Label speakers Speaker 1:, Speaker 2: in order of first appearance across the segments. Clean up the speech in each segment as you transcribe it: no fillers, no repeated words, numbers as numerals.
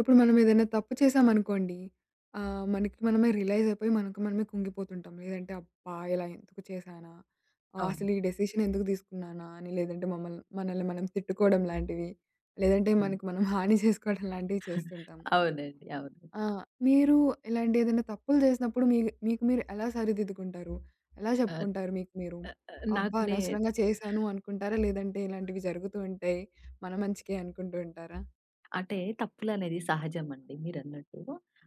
Speaker 1: ఇప్పుడు మనం ఏదైనా తప్పు చేశామనుకోండి, మనకి మనమే రియలైజ్ అయిపోయి మనకు మనమే కుంగిపోతుంటాం. లేదంటే అబ్బా! ఇలా ఎందుకు చేశానా?
Speaker 2: అవును.
Speaker 1: అసలు ఈ డెసిషన్ ఎందుకు తీసుకున్నానా? అని లేదంటే మనల్ని మనం తిట్టుకోవడం లాంటివి, లేదంటే
Speaker 2: అవును.
Speaker 1: మనకి మనం హాని చేసుకోవడం లాంటివి చేస్తుంటాం.
Speaker 2: అవునండి. అవును.
Speaker 1: ఆ! మీరు ఇలాంటి ఏదైనా తప్పులు చేసినప్పుడు మీకు మీరు ఎలా సరిదిద్దుకుంటారు? ఎలా
Speaker 2: ఆహ్,
Speaker 1: చెప్పుకుంటారు మీకు మీరు?
Speaker 2: నాకు
Speaker 1: అబ్బా!
Speaker 2: నే
Speaker 1: అనవసరంగా చేశాను అనుకుంటారా? లేదంటే ఇలాంటివి జరుగుతూ ఉంటాయి. మన మంచికే అనుకుంటూ ఉంటారా?
Speaker 2: అంటే తప్పులనేది సహజమండి, మీరన్నట్టు.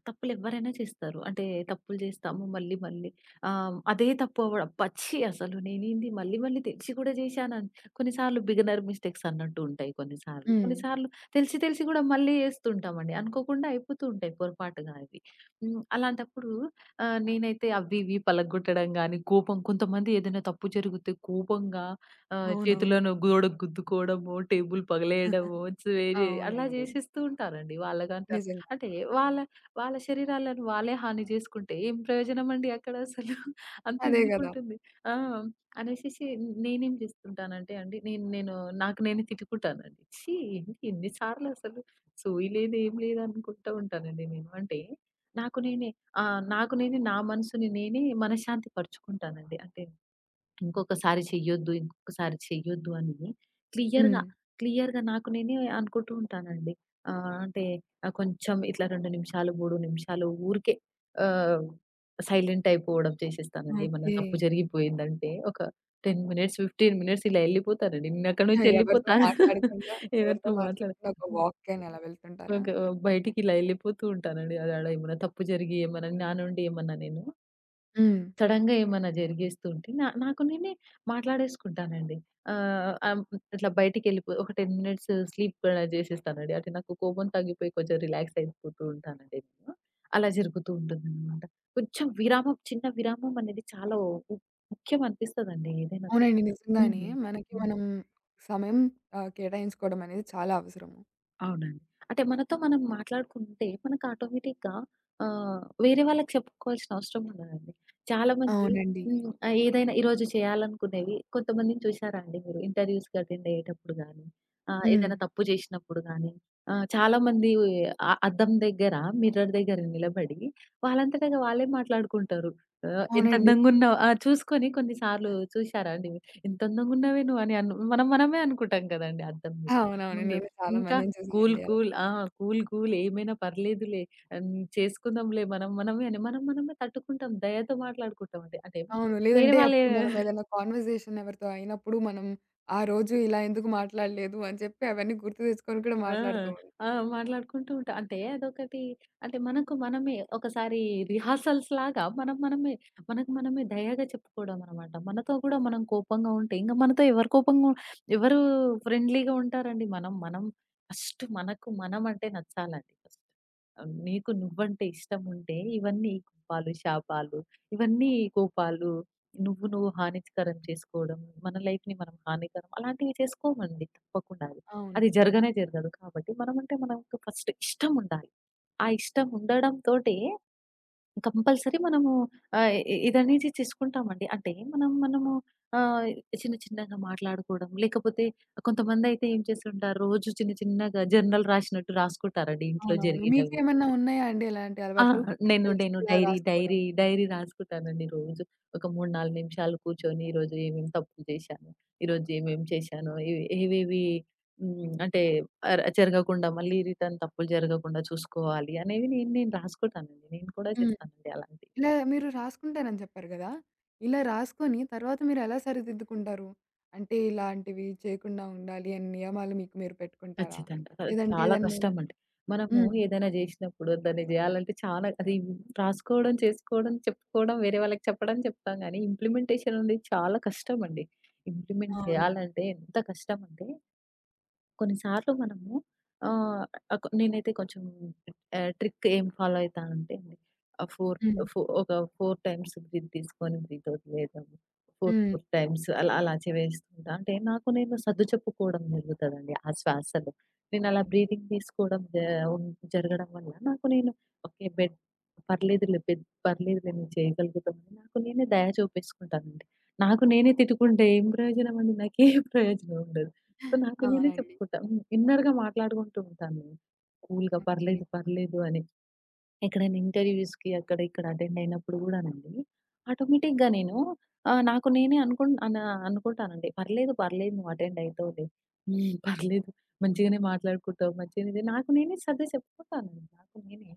Speaker 2: తప్పులెవ్వరైనా చేస్తారు. అంటే తప్పులు చేస్తాము. మళ్ళీ మళ్ళీ అదే తప్పు అవ్వడం, పచ్చి అసలు నేనేంది మళ్ళీ మళ్ళీ తెలిసి కూడా చేశానని. కొన్నిసార్లు బిగినర్ మిస్టేక్స్ అన్నట్టు ఉంటాయి కొన్నిసార్లు.
Speaker 1: హ్మ్.
Speaker 2: కొన్నిసార్లు తెలిసి తెలిసి కూడా మళ్ళీ చేస్తుంటామండి. అనుకోకుండా అయిపోతూ ఉంటాయి పొరపాటుగా అవి. హ్మ్. అలాంటప్పుడు నేనైతే అవి ఇవి పలగ్గొట్టడం గానీ, కోపం, కొంతమంది ఏదైనా తప్పు జరిగితే కోపంగా ఆ!
Speaker 1: అవునవును.
Speaker 2: చేతులను గోడకు గుద్దుకోవడమో, టేబుల్ పగలేయడమో, చే చే అలా
Speaker 1: అవునండి.
Speaker 2: చేసేస్తూ ఉంటారండి.
Speaker 1: నిజంగా.
Speaker 2: అంటే వాళ్ళ వాళ్ళ శరీరాలను వాళ్ళే హాని చేసుకుంటే ఏం ప్రయోజనం అండి అక్కడ అసలు.
Speaker 1: అదే గదా!
Speaker 2: అంతెందుకుంటుంది. ఆ! అనేసేసి నేనేం చేస్తుంటానంటే అండి, నేను నేను నాకు నేనే తిట్టుకుంటానండి. ఛీ! ఏంటి ఇన్ని సార్లు అసలు, సోయి లేదు, ఏం లేదు అనుకుంటూ ఉంటానండి నేను. అంటే నాకు నేనే నాకు నేనే నా మనసుని నేనే మనశ్శాంతి పరుచుకుంటానండి. అంటే ఇంకొకసారి చెయ్యొద్దు, ఇంకొకసారి చెయ్యొద్దు అని
Speaker 1: హ్మ్.
Speaker 2: క్లియర్‌గా, క్లియర్‌గా నాకు నేనే అనుకుంటూ ఉంటానండి. ఆహ్, అంటే కొంచెం ఇట్లా 2 నిమిషాలు, 3 నిమిషాలు ఊరికే ఆహ్, సైలెంట్ అయిపోవడం చేసేస్తానండి. ఏమన్నా
Speaker 1: ఓకే.
Speaker 2: తప్పు జరిగిపోయిందంటే ఒక 10 మినిట్స్, 15 మినిట్స్ ఇలా ఎళ్ళిపోతానండి. నేనక్కడి నుంచి
Speaker 1: ఎవరితో
Speaker 2: ఎళ్ళిపోతాను.
Speaker 1: మాట్లాడకుండా, ఎవరితో
Speaker 2: ఎవరితో మాట్లాడ
Speaker 1: మాట్లాడకుండా ఒక వాక్‌కైనా అలా వెళ్తుంటారా?
Speaker 2: ఒక బయటికి ఇలా ఎళ్ళిపోతూ ఉంటానండి. అది ఆడ ఏమన్నా తప్పు జరిగి, ఏమన్నా నా నుండి ఏమన్నా నేను
Speaker 1: హ్మ్.
Speaker 2: సడెన్‌గా ఏమన్నా జరిగేస్తూ ఉంటే నాకు నేనే మాట్లాడేసుకుంటానండి. ఆహ్, ఆహ్, ఇట్లా బయటికెళ్ళిపో ఒక 10 మినిట్స్ స్లీప్ కూడా చేసేస్తానండి. అంటే నాకు కోపం తగ్గిపోయి కొంచెం రిలాక్స్ అయిపోతూ ఉంటానండి నేను. అలా జరుగుతూ ఉంటుందనమాట. కొంచెం విరామం, చిన్న విరామం అనేది చాలా ము ముఖ్యం అనిపిస్తదండి ఏదైనా సరే.
Speaker 1: అవునండి.
Speaker 2: హ్మ్.
Speaker 1: నిజంగానే మనకి
Speaker 2: హ్మ్.
Speaker 1: మనం సమయం కేటాయించుకోవడం అనేది చాలా అవసరము.
Speaker 2: అవునండి. అంటే మనతో మనం మాట్లాడుకుంటే మనకు ఆటోమేటిక్‌గా వేరే వాళ్ళకి చెప్పుకోవాల్సిన అవసరం ఉండదండి. చాలామంది
Speaker 1: అవునండి.
Speaker 2: హ్మ్. ఏదైనా ఈరోజు చేయాలనుకునేవి కొంతమందిని చూసారా అండి, మీరు ఇంటర్వ్యూస్‌కి అటెండ్ అయ్యేటప్పుడు గాని,
Speaker 1: హ్మ్.
Speaker 2: ఏదైనా తప్పు చేసినప్పుడు గాని, చాలామంది అద్దం దగ్గర, మిర్రర్ దగ్గర నిలబడి వాళ్ళంతటగా వాళ్ళే మాట్లాడుకుంటారు. ఎంత
Speaker 1: అవునండి.
Speaker 2: అందంగున్నావు, ఆ! చూసుకొని కొన్ని సార్లు చూసారా అండి? ఎంత అందంగున్నావే నువ్వు అని మనం మనమే అనుకుంటాం కదండీ, అద్దం
Speaker 1: అవునవును.
Speaker 2: ముందు.
Speaker 1: నేను చాలా
Speaker 2: ఇంకా
Speaker 1: మందిని
Speaker 2: కూల్
Speaker 1: చూసానండి అలా.
Speaker 2: కూల్. ఆ! కూల్ కూల్ ఏమైనా పర్లేదులే. ఆహ్, చేసుకుందాంలే మనం మనమే అని మనం మనమే తట్టుకుంటాం. దయతో మాట్లాడుకుంటామండి. అంటే అంటే
Speaker 1: అవును.
Speaker 2: వేరే
Speaker 1: లేదంటే
Speaker 2: వాళ్ళే
Speaker 1: అప్పుడు మనం ఏదైనా కాన్వర్జేషన్ ఎవరితో అయినప్పుడు మనం ఆ రోజు ఇలా ఎందుకు మాట్లాడలేదు అని చెప్పి అవన్నీ గుర్తు తెచ్చుకొని కూడా
Speaker 2: ఆ!
Speaker 1: మాట్లాడుతూ ఉంటాం.
Speaker 2: ఆ! మాట్లాడుకుంటూ ఉంటాం. అంటే అదొకటి, అంటే మనకు మనమే ఒకసారి రిహార్సల్స్ లాగా మనం మనమే, మనకు మనమే దయగా చెప్పుకోవడం అనమాట. మనతో కూడా మనం కోపంగా ఉంటే ఇంక మనతో ఎవరు కోపంగా ఎవరు ఫ్రెండ్లీగా ఉంటారండి. మనం మనం ఫస్ట్ మనకు మనం అంటే నచ్చాలండి, ఫస్ట్. నీకు నువ్వంటే ఇష్టం ఉంటే ఇవన్నీ కోపాలు, శాపాలు, ఇవన్నీ కోపాలు నువ్వు నువ్వు హానికరం చేసుకోవడం, మన లైఫ్‌ని మనం హానికరం, అలాంటివి చేసుకోమండి తప్పకుండా.
Speaker 1: అవును.
Speaker 2: అది జరగనే జరగదు. కాబట్టి మనమంటే మనకు ఫస్ట్ ఇష్టముండాలి. ఆ ఇష్టం ఉండడం తోటే కంపల్సరీ మనము ఆహ్, ఇ ఇదనేది చేసుకుంటామండి. అంటే మనం మనము ఆహ్, చిన్న చిన్నగా మాట్లాడుకోవడం, లేకపోతే కొంతమందయితే ఏం చేస్తుంటారు, రోజు చిన్న చిన్నగా జర్నల్ రాసినట్టు రాసుకుంటారండి ఇంట్లో
Speaker 1: అవునవును.
Speaker 2: జరిగినవి.
Speaker 1: మీకేమన్నా ఉన్నాయా అండి ఇలాంటి
Speaker 2: ఆ!
Speaker 1: అలవాట్లు?
Speaker 2: నేను నేను
Speaker 1: లిస్ట్‌లా
Speaker 2: డైరీ,
Speaker 1: రాసుకోవడం.
Speaker 2: డైరీ, డైరీ రాసుకుంటానండి రోజు. ఒక 3, 4 నిమిషాలు కూర్చొని ఈరోజు ఏమేమి తప్పులు చేశాను, ఈరోజు ఏమేమి చేశాను, ఏవేవి హ్మ్. అంటే జరగకుండా, మళ్ళీ రిటర్న్ తప్పులు జరగకుండా చూసుకోవాలి అనేవి నేను నేను రాసుకుంటానండి. నేను కూడా
Speaker 1: హ్మ్.
Speaker 2: చేస్తానండి అలాంటివి.
Speaker 1: ఇలా మీరు రాసుకుంటారని చెప్పారు గదా! ఇలా రాసుకొని తర్వాత మీరెలా సరిదిద్దుకుంటారు? అంటే ఇలాంటివి చేయకుండా ఉండాలి అని నియమాలు మీకు మీరు పెట్టుకుంటారా?
Speaker 2: ఖచ్చితంగా. అది
Speaker 1: లేదంటే
Speaker 2: చాలా
Speaker 1: ఏదన్నా
Speaker 2: కష్టమండి. మనము
Speaker 1: హ్మ్.
Speaker 2: ఏదైనా జేసినప్పుడు దాన్ని జేయాలంటే చాలా అది, రాసుకోవడం, చేసుకోవడం, చెప్పుకోవడం, వేరే వాళ్ళకి చెప్పడం చెప్తాం గానీ, ఇంప్లిమెంటేషన్ అనేది చాలా కష్టమండి. ఇంప్లిమెంట్
Speaker 1: అవును.
Speaker 2: చేయాలంటే ఎంత కష్టమంటే కొన్నిసార్లు మనము ఆహ్, అక్ నేనైతే కొంచెం ట్రిక్ ఏం ఫాలో అయితానంటే అండి, ఆహ్,
Speaker 1: హ్మ్.
Speaker 2: 4 ఫో ఒక 4 టైమ్స్ బ్రీత్ తీసుకొని, బ్రీత్ వదిలేయడం. 4,
Speaker 1: హ్మ్.
Speaker 2: 4 టైమ్స్ అలా అలా చేవేస్తుంటా. అంటే నాకు నేను చెప్పుకోవడం జరుగుతదండి ఆ శ్వాసలో. నేను అలా
Speaker 1: ఓకే.
Speaker 2: బ్రీతింగ్ తీసుకోవడం జ ఉన్ జరగడం వల్ల నాకు నేను ఓకే. బెడ్ పర్లేదులే, నేను చేయగలుగుతానని నాకు నేనే దయ చూపేసుకుంటానండి. నాకు నేనే తిట్టుకుంటే ఏం ప్రయోజనం అండి? నాకేం ప్రయోజనం ఉండదు. సో, నాకు నేనే
Speaker 1: అవునండి.
Speaker 2: చెప్పుకుంటా. హ్మ్. ఇన్నర్‌గా మాట్లాడుకుంటూ ఉంటాను నేను. కూల్‌గా
Speaker 1: ఓకే.
Speaker 2: పర్లేదు, పర్లేదు అని. ఎక్కడైనా ఇంటర్‌వ్యూస్‌కి అక్కడ ఇక్కడ అటెండ్ అయినప్పుడు గూడానండి, ఆటోమేటిక్‌గా నేను నాకు నేనే అనుకున్ అనా అనుకుంటానండి. పర్లేదు, పర్లేదు నువ్వు అటెండ్ అయితావులే. హ్మ్. పర్లేదు, మంచిగానే మాట్లాడుకుంటావు. మంచిగానే, ఇది నాకు నేనే సర్ది చెప్పుకుంటానండి. నాకు నేనే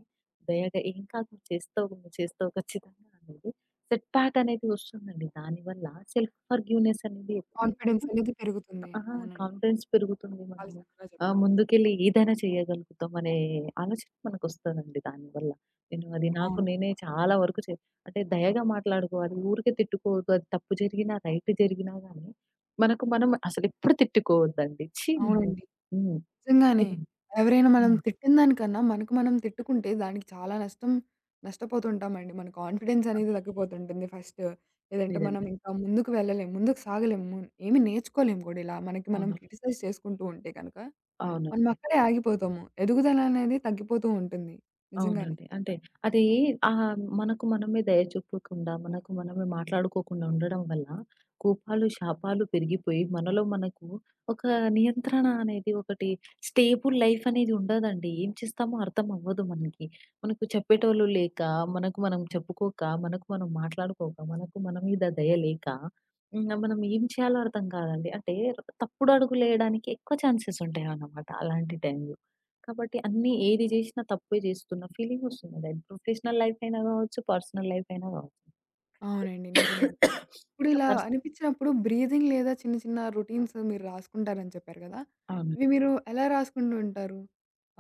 Speaker 2: దయగా, ఏం కాదు నువ్వు చేస్తావు, నువ్వు చేస్తావు ఖచ్చితంగా అనేది. సెట్ బ్యాక్ అనేది వస్తుందండి. దానివల్ల సెల్ఫ్ ఫర్‌గివ్‌నెస్ అనేది ఎప్పుడైనా
Speaker 1: కాన్ఫిడెన్స్ అనేది పెరుగుతుంది.
Speaker 2: ఆహా!
Speaker 1: అవునండి.
Speaker 2: కాన్ఫిడెన్స్ పెరుగుతుంది.
Speaker 1: చాలా
Speaker 2: మనము
Speaker 1: చక్కగా చెప్పారు.
Speaker 2: ముందుకెళ్ళి ఏదైనా చేయగలుగుతాం అనే ఆలోచన మనకొస్తదండి దానివల్ల. నేను అది నాకు
Speaker 1: అవును.
Speaker 2: నేనే చాలా వరకు అంటే దయగా మాట్లాడుకోవాలి. ఊరికే తిట్టుకోవద్దు. అది తప్పు జరిగినా, రైట్ జరిగినా గానీ మనకు మనం అసలెప్పుడు తిట్టుకోవద్దండి. ఛీ! నేను
Speaker 1: అవునండి.
Speaker 2: హ్మ్.
Speaker 1: నిజంగానే.
Speaker 2: ఇది
Speaker 1: ఎవరైనా
Speaker 2: ఆ!
Speaker 1: మనం తిట్టిన దానికన్నా, మనకు మనం తిట్టుకుంటే దానికి చాలా నష్టం నష్టపోతుంటామండి. మన కాన్ఫిడెన్స్
Speaker 2: ఆ!
Speaker 1: అనేది తగ్గిపోతుంటుంది ఫస్ట్. లేదంటే మనం
Speaker 2: నిజంగా.
Speaker 1: ఇంకా ముందుకు వెళ్ళలేం. ముందుకు సాగలేము. ఏమి నేర్చుకోలేము కూడా ఇలా మనకి మనం
Speaker 2: అవును.
Speaker 1: క్రిటిసైజ్ చేసుకుంటూ ఉంటే గనక, మనం
Speaker 2: అవునండి.
Speaker 1: అక్కడే ఆగిపోతాము. ఎదుగుదల అనేది తగ్గిపోతూ ఉంటుంది. నిజంగానే.
Speaker 2: అవునండి. అంటే అది మనకు మనమే దయ చూపకుండా, మనకు మనమే మాట్లాడుకోకుండా ఉండడం వల్ల కోపాలు, శాపాలు పెరిగిపోయి మనలో మనకు ఒక నియంత్రణ అనేది, ఒకటి స్టేబుల్ లైఫ్ అనేది ఉండదండి. ఏం చేస్తామో అర్థం అవ్వదు మనకి. మనకు చెప్పేటోళ్ళు లేక, మనకు మనం చెప్పుకోక, మనకు మనం మాట్లాడుకోక, మనకు మన మీద దయ లేక, ఇంగ మనం ఏం చేయాలో అర్థం కాదండి. అంటే తప్పుడు అడుగులేయడానికి ఎక్కువ ఛాన్సెస్ ఉంటాయన్నమాట అలాంటి టైంలో. కాబట్టి అన్నీ ఏది జేసినా తప్పే జేస్తున్న ఫీలింగొస్తుంది. అది ప్రొఫెషనల్ లైఫ్ అయినా గావచ్చు, పర్సనల్ లైఫ్ అయినా గావచ్చు.
Speaker 1: అవునండి. నిజంగా. ఇప్పుడు
Speaker 2: ఇంకా
Speaker 1: ఇలా
Speaker 2: పర్స్
Speaker 1: అనిపించినప్పుడు బ్రీతింగ్ లేదా చిన్న చిన్న రొటీన్స్ మీరు రాసుకుంటారని చెప్పారు కదా!
Speaker 2: అవును.
Speaker 1: ఇవి మీరు ఎలా రాసుకుంటూ ఉంటారు?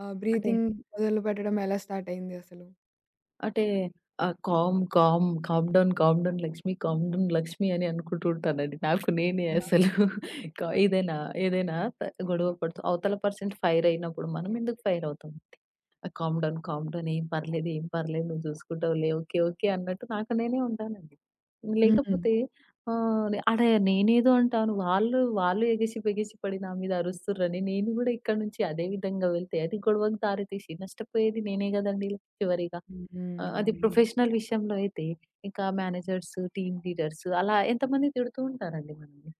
Speaker 2: అంటే,
Speaker 1: బ్రీతింగ్ మొదలుపెట్టడం ఎలా స్టార్ట్ అయింది అసలు?
Speaker 2: అంటే, calm, calm, calm down, calm down Lakshmi, calm down Lakshmi అని అనుకుంటూ ఉంటానండి. నాకు నేనే అసలు క
Speaker 1: ఆ!
Speaker 2: ఏదైనా, ఏదైనా త గొడవ పడుతూ అవతల పర్సన్ ఫైర్ అయినప్పుడు మనం ఎందుకు ఫైర్ అవుతాం? కామ్ డౌన్, కామ్ డౌన్, ఏం పర్లేదు, ఏం పర్లేదు నువ్వు చూసుకుంటావులే. ఓకే, ఓకే అన్నట్టు నాకు నేనే ఉంటానండి.
Speaker 1: హ్మ్.
Speaker 2: లేకపోతే ఆహ్, ఆడ నేనేదో అంటాను. వాళ్ళు వాళ్ళు ఎగసి బెగిసి పడి నా మీద అరుస్తుర్రని నేను గూడా ఇక్కడి నుంచి అదే విధంగా వెళ్తే అది గొడవకు దారి తీసి నష్టపోయేది నేనే గదండీ చివరిగా. ఆ!
Speaker 1: హ్మ్.
Speaker 2: అది
Speaker 1: అవునండి.
Speaker 2: ప్రొఫెషనల్ విషయంలో అయితే ఇంకా మేనేజర్స్, టీమ్ లీడర్స్ అలా ఎంతమంది తిడుతూ ఉంటారండి మనల్ని.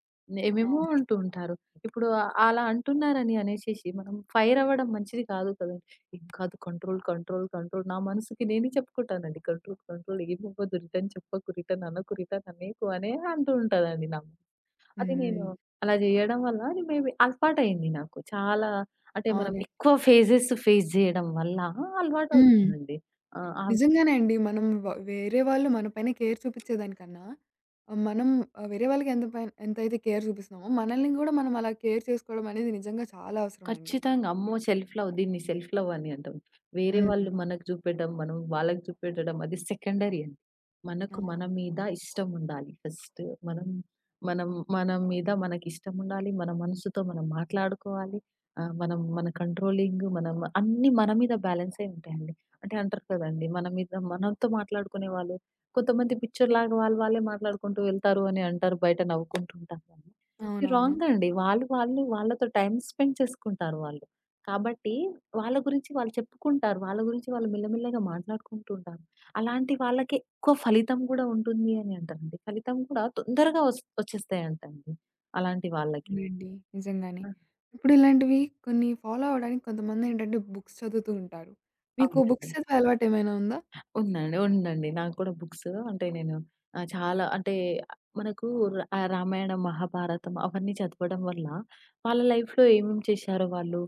Speaker 2: ఏమేమో
Speaker 1: అవును.
Speaker 2: అంటూ ఉంటారు. ఇప్పుడు అలా అంటున్నారని అనేసేసి మనం ఫైర్ అవ్వడం మంచిది కాదు కదండీ. ఏం కాదు, కంట్రోల్, కంట్రోల్, కంట్రోల్, నా మనసుకి నేనే చెప్పుకుంటానండి. కంట్రోల్, కంట్రోల్, ఏమవ్వదు, రిటర్న్ చెప్పకు, రిటర్న్ అనకు, రిటర్న్ అనేకు అనే అంటూ ఉంటదండి నాకు. అది నేను
Speaker 1: హ్మ్.
Speaker 2: అలా చేయడం వల్ల అది మేబీ అలవాటయింది నాకు. చాలా అంటే మనం
Speaker 1: అవును.
Speaker 2: ఎక్కువ ఫేజెస్ ఫేస్ చేయడం వల్ల
Speaker 1: హ్మ్.
Speaker 2: అలవాటవుతుందండి. ఆ! ఆ
Speaker 1: నిజంగానే అండి. మనం వేరే వాళ్ళు మన పైన కేర్ చూపించేదానికన్నా మనం వేరే వాళ్ళకి ఎంత పైన ఎంతైతే కేర్ చూపిస్తున్నామో, మనల్ని కూడా మనం అలా కేర్ చేసుకోవడం అనేది నిజంగా చాలా అవసరం అండి.
Speaker 2: ఖచ్చితంగా. అమ్మో! సెల్ఫ్ లవ్, దీన్ని సెల్ఫ్ లవ్ అని అంటాం. వేరే
Speaker 1: హ్మ్.
Speaker 2: వాళ్ళు మనకు చూపెట్టడం, మనం వాళ్ళకి చూపెట్టడం అది సెకండరీ అండి. మనకు
Speaker 1: అవును.
Speaker 2: మన మీద ఇష్టం ఉండాలి ఫస్ట్. మనం మనం మన మీద మనకి ఇష్టం ఉండాలి. మన మనసుతో మనం మాట్లాడుకోవాలి. మనం మన కంట్రోలింగ్, మనం అన్నీ మన మీద బ్యాలెన్సే ఉంటాయండి. అంటే అంటారు కదండీ! మన మీద మనతో మాట్లాడుకునే వాళ్ళు కొంతమంది పిచ్చోల్లాగా వాళ్ళు వాళ్ళే మాట్లాడుకుంటూ వెళ్తారు అని అంటారు. బయట నవ్వుకుంటూ ఉంటారు. ఇది
Speaker 1: అవునవును.
Speaker 2: రాంగ్ అండి. వాళ్ళు వాళ్ళతో టైమ్ స్పెండ్ చేసుకుంటారు వాళ్ళు. కాబట్టి వాళ్ళ గురించి వాళ్ళు చెప్పుకుంటారు. వాళ్ళ గురించి వాళ్ళు మెల్లమెల్లగా మాట్లాడుకుంటుంటారు. అలాంటి వాళ్ళకి ఎక్కువ ఫలితం గూడా ఉంటుంది అని అంటారండి. ఫలితం కూడా తొందరగా వచ్చేస్తాయంటండి అలాంటి వాళ్ళకి.
Speaker 1: అవునండి. నిజంగానే.
Speaker 2: ఆ!
Speaker 1: ఇప్పుడు ఇలాంటివి కొన్ని ఫాలో అవ్వడానికి కొంతమందేంటంటే బుక్స్ చదువుతూ ఉంటారు. మీకు
Speaker 2: అవునండి.
Speaker 1: బుక్స్ చదివే అలవాటేమైనా ఉందా?
Speaker 2: ఉందండి. ఉందండి. నాకు కూడా బుక్స్, అంటే నేను చాలా అంటే మనకు రామాయణం, మహాభారతం అవన్నీ చదవడం వల్ల వాళ్ళ లైఫ్‌లో ఏమేమి చేశారో వాళ్ళు,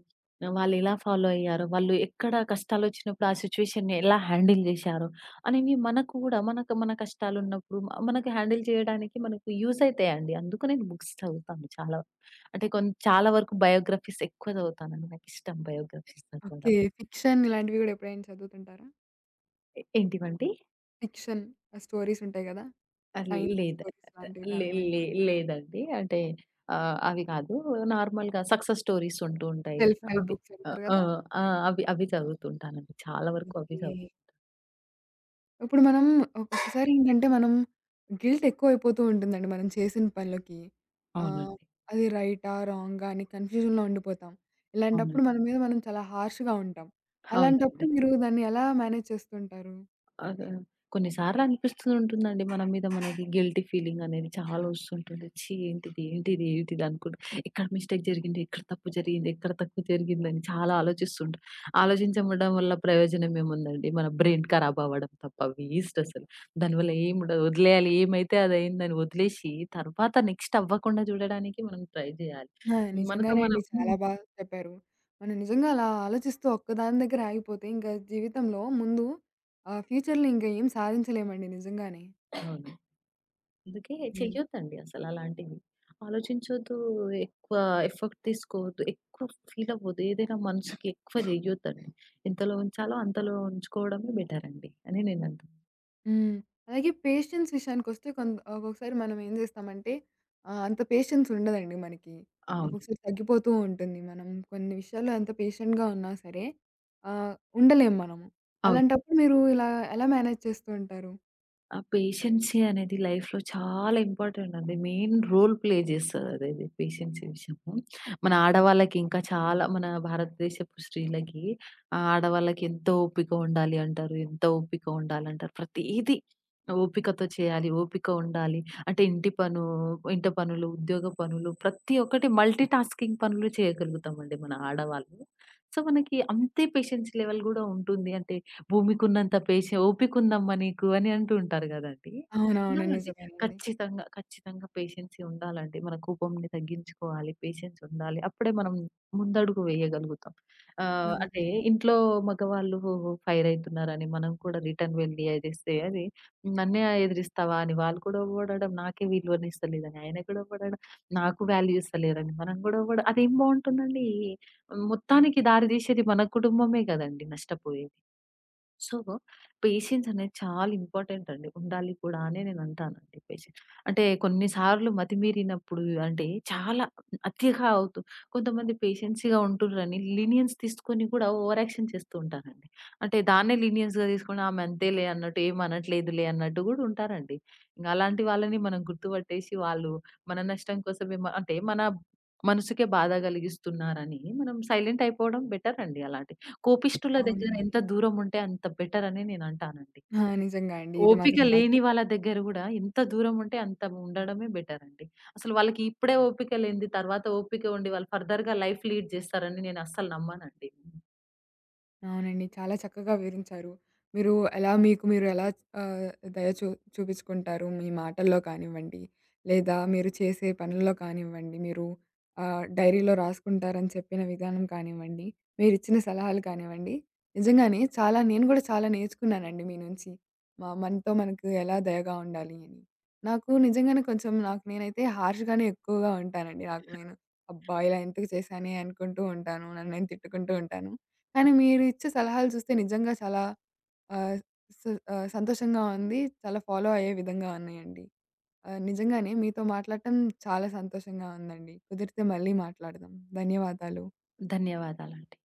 Speaker 2: వాళ్ళు ఎలా ఫాలో అయ్యారో, వాళ్ళు ఎక్కడ కష్టాలొచ్చినప్పుడు ఆ సిట్యుయేషన్‌ని ఎలా హ్యాండిల్ జేశారో అనేవి మనకు గూడా మనకు మన కష్టాలున్నప్పుడు మనకు హ్యాండిల్ చేయడానికి మనకు యూజ్ అయితాయండి. అందుకు నేను బుక్స్ చదువుతాను చాలా. అంటే చాలా వరకు బయోగ్రఫీస్ ఎక్కువ చదువుతానండి. నాకిష్టం బయోగ్రఫీస్
Speaker 1: ఓకే.
Speaker 2: చదవడం.
Speaker 1: ఫిక్షన్ ఇలాంటివి గూడా ఎప్పుడైనా చదువుతుంటారా?
Speaker 2: ఏంటివండి?
Speaker 1: ఫిక్షన్ స్టోరీస్ ఉంటాయి గదా!
Speaker 2: ఆ!
Speaker 1: సైన్స్
Speaker 2: లేదు.
Speaker 1: స్టోరీస్ లాంటివి
Speaker 2: లే
Speaker 1: కానివ్వండి.
Speaker 2: లే లేదండి. అంటే అవి కాదు. నార్మల్‌గా సక్సెస్ స్టోరీస్ ఉంటూ ఉంటాయి
Speaker 1: సెల్ఫ్
Speaker 2: గదా!
Speaker 1: హెల్ప్
Speaker 2: అవి.
Speaker 1: బుక్స్ అంటారు
Speaker 2: ఆ!
Speaker 1: గదా!
Speaker 2: ఆ! అవి అవి చదువుతుంటానండి. చాలా వరకు అవి
Speaker 1: ఓకే.
Speaker 2: చదువుతాను.
Speaker 1: ఇప్పుడు మనం ఒక్కసారి ఏంటంటే మనం గిల్ట్ ఎక్కువైపోతూ ఉంటుందండి మనం చేసిన పనులకి. ఆహ్,
Speaker 2: అవునండి.
Speaker 1: అది రైటా? రాంగా? అని కన్‌ఫ్యూజన్‌లో ఉండిపోతాం. ఇలాంటప్పుడు
Speaker 2: అవునండి.
Speaker 1: మన మీద మనం చాలా హార్ష్‌గా ఉంటాం.
Speaker 2: అవునండి.
Speaker 1: అలాంటప్పుడు మీరు దాన్ని ఎలా మేనేజ్ చేస్తుంటారు?
Speaker 2: అదే. కొన్ని సార్లు అనిపిస్తూ ఉంటుందండి మన మీద మనకి గిల్టీ ఫీలింగ్ అనేది చాలా వస్తుంటుంది. ఛీ! ఏంటిది? ఏంటిది? ఏంటిది? అనుకుంటూ, ఎక్కడ మిస్టేక్ జరిగింది? ఎక్కడ తప్పు జరిగింది? ఎక్కడ తక్కువ జరిగిందని చాలా ఆలోచిస్తుంటాం. ఆలోచించడం వల్ల ప్రయోజనం ఏముందండి? మన బ్రెయిన్ ఖరాబ్ అవ్వడం తప్ప, వేస్ట్ అసలు. దానివల్ల ఏముండదు. వదిలేయాలి. ఏమైతే అదయిందని వదిలేసి తర్వాత నెక్స్ట్ అవ్వకుండా చూడడానికి మనం ట్రై జేయాలి.
Speaker 1: ఆ!
Speaker 2: మనతో
Speaker 1: నిజంగానే
Speaker 2: మనం
Speaker 1: అండి.
Speaker 2: హ్మ్.
Speaker 1: చాలా బాగా చెప్పారు. మనం నిజంగా అలా ఆలోచిస్తూ ఒక్కదాని దగ్గర ఆగిపోతే ఇంకా జీవితంలో ముందు ఫ్యూచర్‌లో ఇంకా ఏం సాధించలేమండి నిజంగానే.
Speaker 2: అవును. అందుకే
Speaker 1: హ్మ్.
Speaker 2: చెయ్యొద్దండి అసలు అలాంటివి. ఆలోచించొద్దు, ఎక్కువ ఎఫర్ట్ తీసుకోవద్దు, ఎక్కువ ఫీల్ అవ్వద్దు. ఏదైనా మనసుకి ఎక్కువ చెయ్యొద్దండి. ఎంతలో ఉంచాలో అంతలో ఉంచుకోవడమే బెటర్ అండి అని నేనంటాను.
Speaker 1: హ్మ్. అలాగే పేషెన్స్ విషయానికొస్తే ఒక్కొక్కసారి మనం ఏం జేస్తామంటే అంత పేషెన్స్ ఉండదండి మనకి.
Speaker 2: అవును.
Speaker 1: ఒక్కొక్కసారి తగ్గిపోతూ ఉంటుంది. మనం కొన్ని విషయాల్లో ఎంత పేషెంట్‌గా ఉన్నా సరే ఆహ్, ఉండలేం మనము.
Speaker 2: అవును.
Speaker 1: అలాంటప్పుడు మీరు ఇలా ఎలా మేనేజ్ చేస్తూ ఉంటారు?
Speaker 2: ఆ పేషెన్సీ అనేది లైఫ్‌లో చాలా ఇంపార్టెంట్ అండి. మెయిన్ రోల్ ప్లే చేస్తదదది పేషెన్సీ విషయము. మన ఆడవాళ్ళకి ఇంకా చాలా మన భారతదేశపు స్త్రీలకి, ఆడవాళ్ళకి ఎంతో ఓపిక ఉండాలి అంటారు. ఎంత ఓపిక ఉండాలంటారు. ప్రతీది ఓపికతో చేయాలి. ఓపిక ఉండాలి. అంటే ఇంట పనులు, ఉద్యోగ పనులు, ప్రతి ఒక్కటి మల్టీ టాస్కింగ్ పనులు చేయగలుగుతామండి మన ఆడవాళ్ళు. సో, మనకి అంతే పేషెన్స్ లెవెల్ గూడా ఉంటుంది. అంటే భూమికున్నంత పేషె ఓపికుందమ్మా నీకు అని అంటూ ఉంటారు గదండీ!
Speaker 1: అవునవును.
Speaker 2: ఉండాలండి.
Speaker 1: నిజమేనండి.
Speaker 2: ఖచ్చితంగా, ఖచ్చితంగా పేషెన్సీ ఉండాలండి. మన కోపంని తగ్గించుకోవాలి. పేషెన్స్ ఉండాలి. అప్పుడే మనం ముందడుగు వేయగలుగుతాం. అంటే
Speaker 1: అవునండి.
Speaker 2: ఇంట్లో మగవాళ్ళు ఫైర్ అయితున్నారని మనం కూడా రిటర్న్ వెళ్ళి ఎదిరిస్తే, అది నన్నే ఎదిరిస్తావా అని వాళ్ళు కూడా పొగడడం, నాకే విలువనిస్తలేదని ఆయన కూడా పొగడడం, నాకు వాల్యూ ఇస్తలేరని మనం కూడా అదేం బావుంటుందండి? మొత్తానికి దారి తీసేది మన కుటుంబమే గదండీ నష్టపోయేది. సో, పేషెన్స్ అనేది చాలా ఇంపార్టెంట్ అండి. ఉండాలి కూడా అని నేనంటానండి పేషెన్స్. అంటే కొన్ని సార్లు మతిమీరినప్పుడు అంటే, చాలా అతిగా అవుతూ కొంతమంది పేషెన్స్‌గా ఉంటుర్రని లీనియన్స్ తీసుకొని కూడా ఓవర్ యాక్షన్ చేస్తూ ఉంటారండి. అంటే దాన్నే లీనియన్స్‌గా తీసుకొని ఆమె అంతేలే అన్నట్టు, ఏం అనట్లేదులే అన్నట్టు గూడా ఉంటారండి. ఇంగ అలాంటి వాళ్ళని మనం గుర్తుపట్టేసి వాళ్ళు మన నష్టం కోసమే, అంటే మన మనసుకే బాధ కలిగిస్తున్నారని మనం సైలెంట్ అయిపోవడం బెటర్ అండి. అలాంటి కోపిష్ఠుల దగ్గర
Speaker 1: అవునండి.
Speaker 2: ఎంత దూరం ఉంటే అంత బెటర్ అని నేను అంటానండి.
Speaker 1: ఆ! నిజంగా అండి. ఇది
Speaker 2: ఓపిక
Speaker 1: మాత్రం
Speaker 2: లేని
Speaker 1: చెప్పారు.
Speaker 2: వాళ్ళ దగ్గర గూడా ఎంత దూరం ఉంటే అంత ఉండడమే బెటర్ అండి. అసలు వాళ్ళకి ఇప్పుడే ఓపిక లేనిది, తర్వాత ఓపిక ఉండి వాళ్ళు ఫర్దర్‌గా లైఫ్ లీడ్ చేస్తారని నేను అస్సలు నమ్మనండి.
Speaker 1: అవునండి. చాలా చక్కగా వివరించారు. మీరు ఎలా మీకు మీరు ఎలా ఆహ్, దయ చూపించుకుంటారు మీ మాటల్లో కానివ్వండి, లేదా మీరు చేసే పనుల్లో కానివ్వండి, మీరు డైరీలో రాసుకుంటారని చెప్పిన విధానం కానివ్వండి, మీరిచ్చిన సలహాలు కానివ్వండి, నిజంగానే చాలా నేను గూడా చాలా నేర్చుకున్నానండి మీ నుంచి. మనతో మనకు ఎలా దయగా ఉండాలి అని. నాకు నిజంగానే కొంచెం నాకు నేనైతే హార్ష్‌గానే ఎక్కువగా ఉంటానండి. నాకు నేను అబ్బా! ఇలా ఎందుకు చేశానే అనుకుంటూ ఉంటాను. నన్ను నేను తిట్టుకుంటూ ఉంటాను. కానీ మీరిచ్చే సలహాలు చూస్తే నిజంగా చాలా ఆహ్, స సంతోషంగా ఉంది. చాలా ఫాలో అయ్యే విధంగా ఉన్నాయండి. నిజంగానే మీతో మాట్లాడటం చాలా సంతోషంగా ఉందండి. కుదిరితే మళ్ళీ మాట్లాడదాం. ధన్యవాదాలు.
Speaker 2: ధన్యవాదాలండి.